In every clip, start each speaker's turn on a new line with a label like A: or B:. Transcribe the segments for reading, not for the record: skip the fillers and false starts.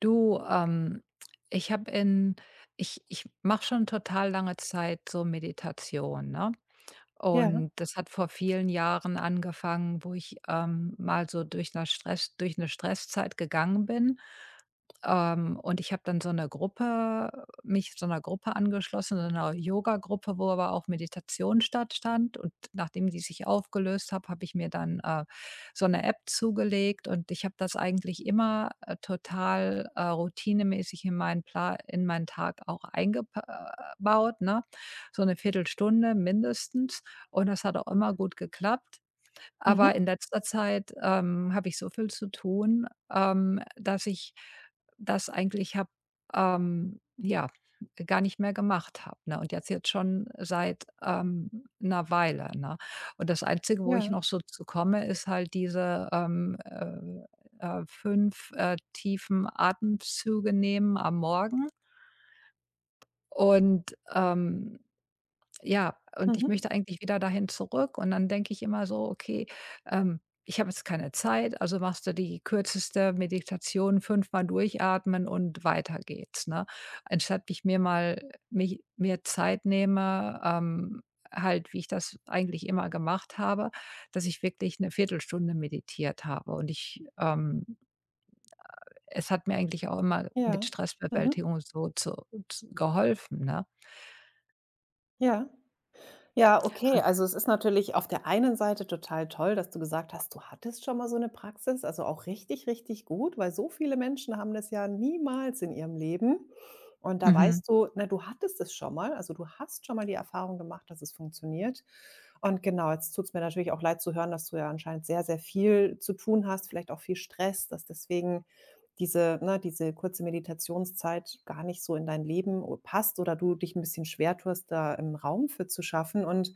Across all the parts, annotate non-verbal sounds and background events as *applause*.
A: Du, ich habe in ich mache schon total lange Zeit so Meditation, ne?
B: Ja,
A: Und das hat vor vielen Jahren angefangen, wo ich, mal so durch eine Stress durch eine Stresszeit gegangen bin. Und ich habe dann so eine Gruppe mich so einer Gruppe angeschlossen, so einer Yoga Gruppe, wo aber auch Meditation stattstand. Und nachdem die sich aufgelöst hat, habe ich mir dann, so eine App zugelegt, und ich habe das eigentlich immer, total, routinemäßig in meinen Tag auch eingebaut, ne? So eine Viertelstunde mindestens, und das hat auch immer gut geklappt.
B: mhm,
A: Aber in letzter Zeit, habe ich so viel zu tun, dass ich das eigentlich habe, ja, gar nicht mehr gemacht habe, ne? Und jetzt schon seit, 'ner Weile, ne? Und das Einzige, wo ich
B: ja,
A: noch so zu komme, ist halt diese, fünf tiefen Atemzüge nehmen am Morgen, und, ja, und
B: mhm,
A: ich möchte eigentlich wieder dahin zurück. Und dann denke ich immer so: „Okay, ich habe jetzt keine Zeit, also machst du die kürzeste Meditation, fünfmal durchatmen und weiter geht's", ne? Anstatt ich mir mal mich mir Zeit nehme, halt, wie ich das eigentlich immer gemacht habe, dass ich wirklich eine Viertelstunde meditiert habe, und ich es hat mir eigentlich auch immer mit
B: ja, mhm,
A: Stressbewältigung so zu z geholfen, ne?
B: ja. Ja, okay,
A: Hast
B: also es ist natürlich auf der einen Seite total toll, dass du gesagt hast, du hattest schon mal so eine Praxis, also auch richtig, richtig gut, weil so viele Menschen haben das ja niemals in ihrem Leben. Und da
A: Mhm.
B: weißt du, na, du hattest es schon mal, also du hast schon mal die Erfahrung gemacht, dass es funktioniert. Und genau, jetzt tut es mir natürlich auch leid zu hören, dass du ja anscheinend sehr, sehr viel zu tun hast, vielleicht auch viel Stress, dass deswegen diese, ne, diese kurze Meditationszeit gar nicht so in dein Leben o passt oder du dich ein bisschen schwer tust, da im Raum für zu schaffen. Und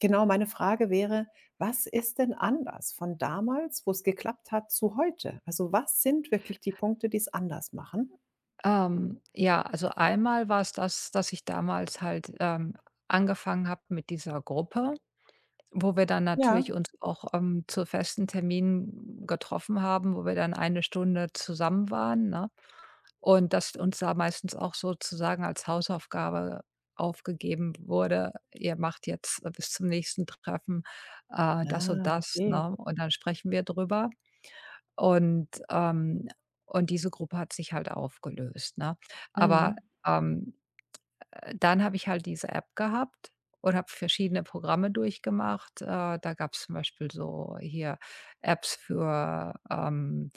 B: genau, meine Frage wäre: Was ist denn anders von damals, wo es geklappt hat, zu heute? Also, was sind wirklich die Punkte, die es anders machen?
A: Ja, also einmal war es das, dass ich damals halt, angefangen habe mit dieser Gruppe, wo wir dann natürlich
B: Ja.
A: uns auch, zu festen Terminen getroffen haben, wo wir dann eine Stunde zusammen waren, ne? Und das uns da meistens auch sozusagen als Hausaufgabe aufgegeben wurde: „Ihr macht jetzt, bis zum nächsten Treffen, das und
B: Ah,
A: das",
B: okay.
A: ne? Und dann sprechen wir drüber. Und, ähm und diese Gruppe hat sich halt aufgelöst, ne? Aber,
B: Mhm.
A: ähm, dann habe ich halt diese App gehabt und habe verschiedene Programme durchgemacht. Da gab es zum Beispiel so hier Apps für, ähm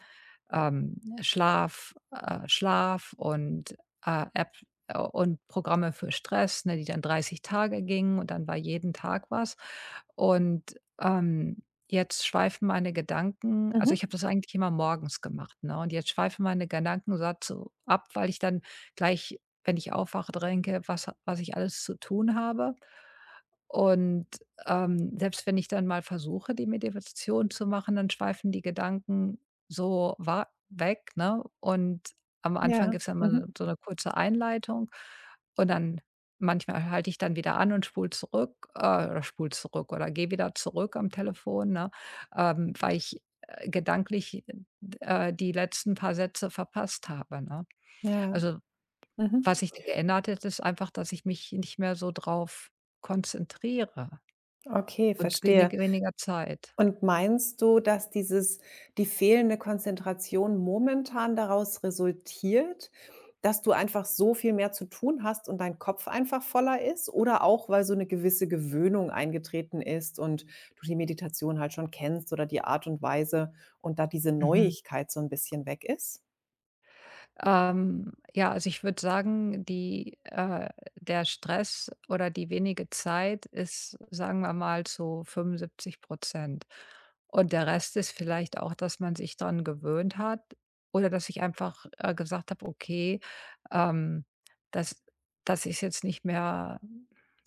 A: ähm, Schlaf äh, App und Programme für Stress, ne, die dann 30 Tage gingen, und dann war jeden Tag was. Und, ähm, jetzt schweifen meine Gedanken, also,
B: Mhm.
A: ich habe das eigentlich immer morgens gemacht, ne, und jetzt schweifen meine Gedanken so ab, weil ich dann gleich, wenn ich aufwache, denke, was ich alles zu tun habe. Und, selbst wenn ich dann mal versuche, die Meditation zu machen, dann schweifen die Gedanken so war weg, ne? Und am Anfang
B: Ja.
A: gibt es ja immer, ne,
B: Mhm.
A: so eine kurze Einleitung, und dann manchmal halte ich dann wieder an und spule zurück, oder spule zurück oder gehe wieder zurück am Telefon, ne, weil ich, gedanklich, die letzten paar Sätze verpasst habe, ne?
B: Ja.
A: Also,
B: Mhm.
A: was ich geändert hätte, ist einfach, dass ich mich nicht mehr so drauf konzentriere
B: Okay,
A: und
B: verstehe.
A: weniger Zeit.
B: Und meinst du, dass dieses die fehlende Konzentration momentan daraus resultiert, dass du einfach so viel mehr zu tun hast und dein Kopf einfach voller ist? Oder auch, weil so eine gewisse Gewöhnung eingetreten ist und du die Meditation halt schon kennst oder die Art und Weise und da diese
A: Mhm.
B: Neuigkeit so ein bisschen weg ist?
A: Ja, also ich würde sagen, der Stress oder die wenige Zeit ist, sagen wir mal, zu 75. Und der Rest ist vielleicht auch, dass man sich dran gewöhnt hat oder dass ich einfach, gesagt habe: „Okay, ähm, das das ist jetzt nicht mehr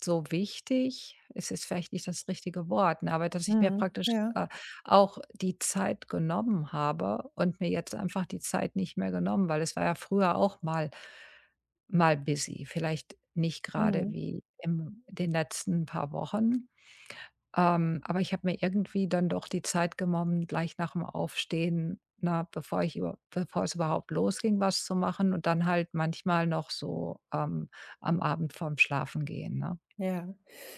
A: so wichtig." Es ist vielleicht nicht das richtige Wort, ne, aber dass ich mir
B: Mhm,
A: praktisch,
B: ja,
A: auch die Zeit genommen habe und mir jetzt einfach die Zeit nicht mehr genommen, weil es war ja früher auch mal busy, vielleicht nicht gerade
B: mhm.
A: wie in den letzten paar Wochen. Aber ich habe mir irgendwie dann doch die Zeit genommen, gleich nach dem Aufstehen, ne, bevor es überhaupt losging, was zu machen, und dann halt manchmal noch so, am Abend vorm Schlafengehen, ne?
B: Ja.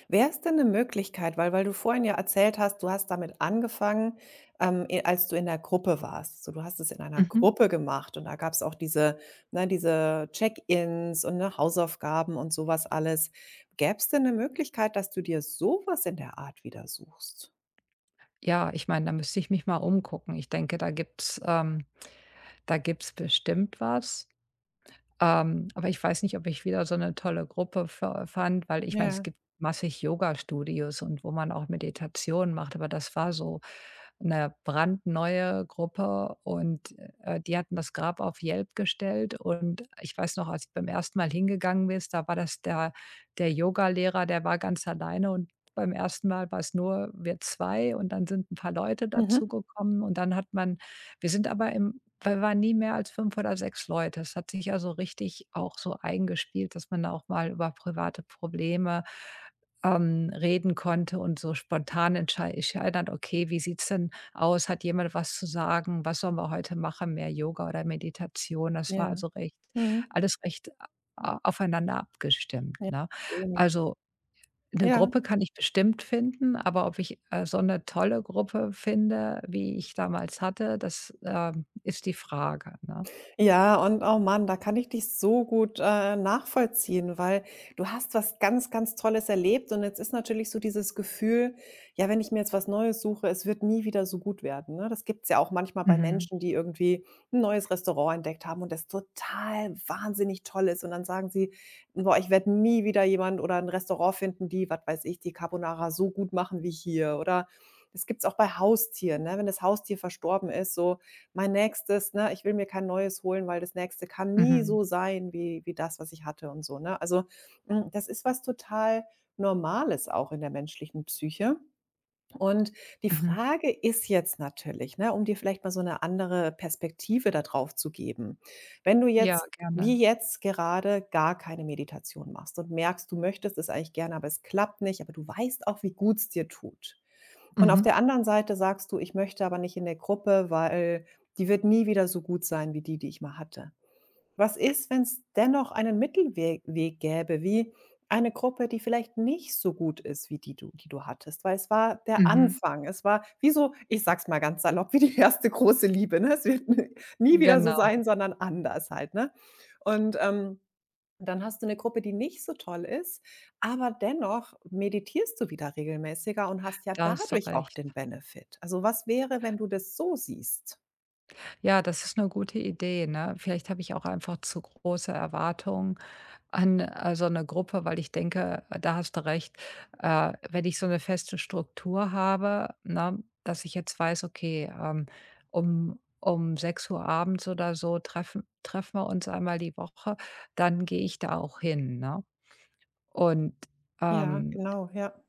B: Wäre es denn eine Möglichkeit, weil du vorhin ja erzählt hast, du hast damit angefangen, e als du in der Gruppe warst? So, du hast es in einer
A: Mhm.
B: Gruppe gemacht und da gab es auch diese, ne, diese Check-ins und, ne, Hausaufgaben und sowas alles. Gäbe es denn eine Möglichkeit, dass du dir sowas in der Art wieder suchst?
A: Ja, ich meine, da müsste ich mich mal umgucken. Ich denke, da gibt's bestimmt was. Aber ich weiß nicht, ob ich wieder so eine tolle Gruppe fa fand, weil ich meine, es
B: Ja.
A: gibt massig Yoga-Studios und wo man auch Meditation macht, aber das war so eine brandneue Gruppe, und, die hatten das Grab auf Yelp gestellt, und ich weiß noch, als ich beim ersten Mal hingegangen bin, da war das der Lehrer, der war ganz alleine, und beim ersten Mal war es nur wir zwei, und dann sind ein paar Leute
B: Mhm.
A: dazugekommen, und dann hat man wir sind aber im wir waren nie mehr als 5 oder 6 Leute. Es hat sich ja so richtig auch so eingespielt, dass man da auch mal über private Probleme, reden konnte, und so spontan entscheiden hat: „Okay, wie sieht's denn aus: „Hat jemand was zu sagen? Was sollen wir heute machen? Mehr Yoga oder Meditation?"
B: Ja.
A: Das war
B: Ja.
A: also recht
B: Mhm.
A: alles recht a aufeinander abgestimmt,
B: Ja,
A: ne?
B: schön.
A: Also, 'ne
B: Ja.
A: Gruppe kann ich bestimmt finden, aber ob ich, so eine tolle Gruppe finde, wie ich damals hatte, das, ist die Frage, ne?
B: Ja, und oh Mann, da kann ich dich so gut nachvollziehen, weil du hast was ganz, ganz Tolles erlebt und jetzt ist natürlich so dieses Gefühl: „Ja, wenn ich mir jetzt was Neues suche, es wird nie wieder so gut werden“, ne? Das gibt's ja auch manchmal bei
A: Mhm,
B: Menschen, die irgendwie ein neues Restaurant entdeckt haben und das total wahnsinnig toll ist und dann sagen sie: „Boah, ich werde nie wieder jemand oder ein Restaurant finden, die, was weiß ich, die Carbonara so gut machen wie hier.“ Oder das gibt's auch bei Haustieren, ne? Wenn das Haustier verstorben ist, so mein nächstes, ne, ich will mir kein neues holen, weil das nächste kann nie
A: mhm,
B: so sein wie das, was ich hatte und so, ne? Also, hm, das ist was total Normales auch in der menschlichen Psyche. Und die
A: mhm.
B: Frage ist jetzt natürlich, ne, um dir vielleicht mal so eine andere Perspektive darauf zu geben. Wenn du
A: Ja,
B: jetzt
A: gerne.
B: wie jetzt gerade gar keine Meditation machst und merkst, du möchtest es eigentlich gerne, aber es klappt nicht, aber du weißt auch, wie gut's dir tut. Und auf
A: Mhm,
B: der anderen Seite sagst du: „Ich möchte aber nicht in der Gruppe, weil die wird nie wieder so gut sein wie die, die ich mal hatte.“ Was ist, wenn es dennoch einen Mittelweg Weg gäbe, wie eine Gruppe, die vielleicht nicht so gut ist wie die, du hattest? Weil es war der
A: mhm.
B: Anfang. Es war wie so, ich sag's mal ganz salopp, wie die erste große Liebe, ne? Es wird *laughs* nie wieder so
A: Genau,
B: sein, sondern anders halt, ne? Und, dann hast du eine Gruppe, die nicht so toll ist, aber dennoch meditierst du wieder regelmäßiger und hast ja
A: da hast du
B: dadurch auch
A: recht.
B: den Benefit. Also, was wäre, wenn du das so siehst?
A: Ja, das ist eine gute Idee, ne? Vielleicht habe ich auch einfach zu große Erwartungen an, so 'ne Gruppe, weil ich denke, da hast du recht, wenn ich so eine feste Struktur habe, ne, dass ich jetzt weiß, okay, um sechs Uhr abends oder so treffen wir uns einmal die Woche, dann gehe ich da auch hin, ne? Und,
B: Ja,
A: ähm
B: genau, ja.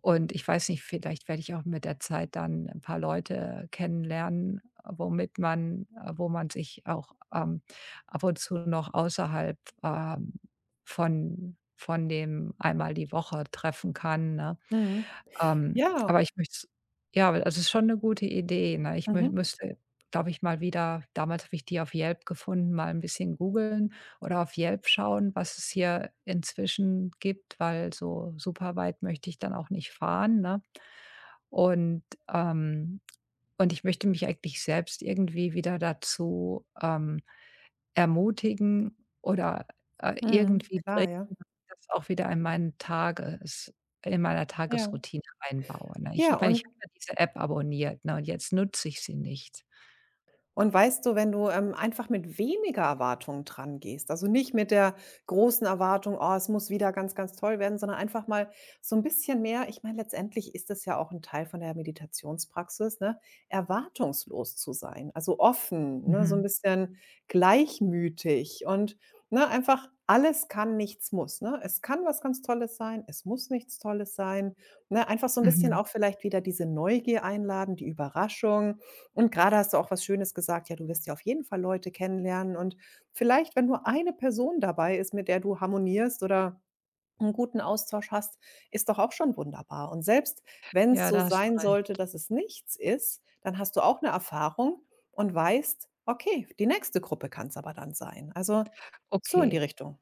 A: und ich weiß nicht, vielleicht werde ich auch mit der Zeit dann ein paar Leute kennenlernen, womit man wo man sich auch, ab und zu noch außerhalb, ähm, von dem einmal die Woche treffen kann, ne?
B: Mhm.
A: Aber
B: Ja.
A: ich möchte Ja, weil also, es ist schon eine gute Idee, ne? Ich mü
B: Mhm.
A: müsste, glaube ich, mal wieder, damals habe ich die auf Yelp gefunden, mal ein bisschen googeln oder auf Yelp schauen, was es hier inzwischen gibt, weil so super weit möchte ich dann auch nicht fahren, ne? Und, ähm und ich möchte mich eigentlich selbst irgendwie wieder dazu, ermutigen oder,
B: Mhm.
A: irgendwie bringen,
B: Klar, ja.
A: dass ich das auch wieder in meiner
B: Ja.
A: Tagesroutine einbaue, ne? Ich
B: Ja,
A: ich meine, ich
B: und
A: habe ja diese App abonniert, ne, und jetzt nutze ich sie nicht.
B: Und weißt du, wenn du einfach mit weniger Erwartungen dran gehst, also nicht mit der großen Erwartung: „Oh, es muss wieder ganz, ganz toll werden“, sondern einfach mal so ein bisschen mehr, ich meine, letztendlich ist das ja auch ein Teil von der Meditationspraxis, ne, erwartungslos zu sein, also offen, ne, so ein
A: Mhm,
B: bisschen gleichmütig und, ne, einfach alles kann, nichts muss, ne? Es kann was ganz Tolles sein, es muss nichts Tolles sein, ne? Einfach so ein bisschen
A: mhm.
B: auch vielleicht wieder diese Neugier einladen, die Überraschung, und gerade hast du auch was Schönes gesagt: „Ja, du wirst ja auf jeden Fall Leute kennenlernen.“ Und vielleicht, wenn nur eine Person dabei ist, mit der du harmonierst oder einen guten Austausch hast, ist doch auch schon wunderbar. Und selbst wenn es
A: Ja,
B: so
A: da hast du
B: sein sollte,
A: recht.
B: dass es nichts ist, dann hast du auch eine Erfahrung und weißt: „Okay, die nächste Gruppe kann es aber dann sein.“ Also, so in die
A: Okay.
B: Richtung.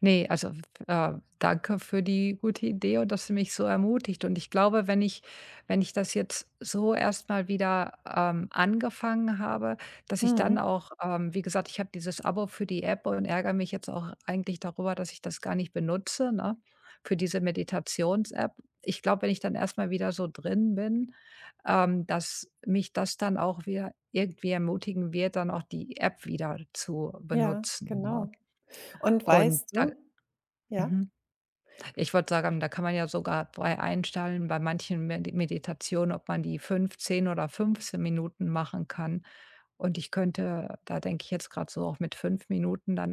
A: Ne, also, äh, danke für die gute Idee und dass du mich so ermutigt. Und ich glaube, wenn ich das jetzt so erstmal wieder, angefangen habe, dass ich dann
B: Mhm.
A: auch, wie gesagt, ich habe dieses Abo für die App und ärgere mich jetzt auch eigentlich darüber, dass ich das gar nicht benutze, ne, für diese Meditations-App. Ich glaube, wenn ich dann erstmal wieder so drin bin, dass mich das dann auch wieder irgendwie ermutigen wird, dann auch die App wieder zu
B: Ja,
A: benutzen, ne?
B: genau. Und
A: Und
B: weißt
A: da
B: du, ja?
A: Mhm. Ich würde sagen, da kann man ja sogar bei einstellen, bei manchen Meditationen, ob man die 5, 10 oder 15 Minuten machen kann. Und ich könnte, da denke ich jetzt gerade so auch mit 5 Minuten dann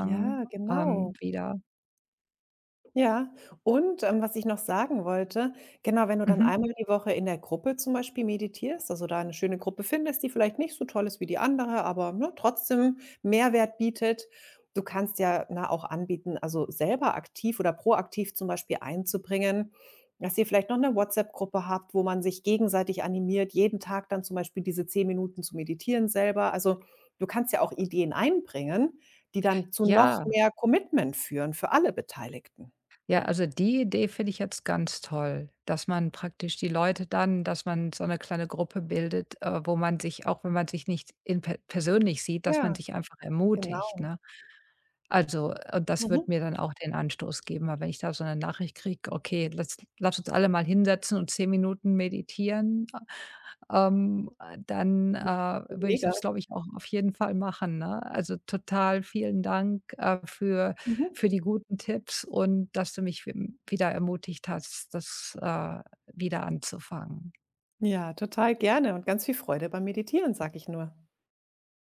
B: Ja, genau.
A: wieder.
B: Ja, und was ich noch sagen wollte, genau, wenn du dann, mhm,
A: Mhm.
B: einmal die Woche in der Gruppe zum Beispiel meditierst, also da eine schöne Gruppe findest, die vielleicht nicht so toll ist wie die andere, aber, ne, trotzdem Mehrwert bietet. Du kannst ja, ne, auch anbieten, also selber aktiv oder proaktiv zum Beispiel einzubringen, dass ihr vielleicht noch eine WhatsApp-Gruppe habt, wo man sich gegenseitig animiert, jeden Tag dann zum Beispiel diese 10 Minuten zu meditieren selber. Also, du kannst ja auch Ideen einbringen, die dann zu noch
A: Ja,
B: mehr Commitment führen für alle Beteiligten.
A: ja, also die Idee finde ich jetzt ganz toll, dass man praktisch die Leute dann dass man so eine kleine Gruppe bildet, wo man sich auch, wenn man sich nicht in per persönlich sieht, dass man
B: Ja,
A: sich einfach ermutigt,
B: genau.
A: ne? Also, und das wird
B: Mhm.
A: mir dann auch den Anstoß geben, weil, wenn ich da so 'ne Nachricht kriege: „Okay, letz lass uns alle mal hinsetzen und 10 Minuten meditieren", dann,
B: Ja,
A: würde ich
B: mega.
A: das, glaube ich, auch auf jeden Fall machen, ne? Also, total vielen Dank, für
B: Mhm.
A: für die guten Tipps und dass du mich wi wieder ermutigt hast, das, wieder anzufangen.
B: Ja, total gerne und ganz viel Freude beim Meditieren, sage ich nur.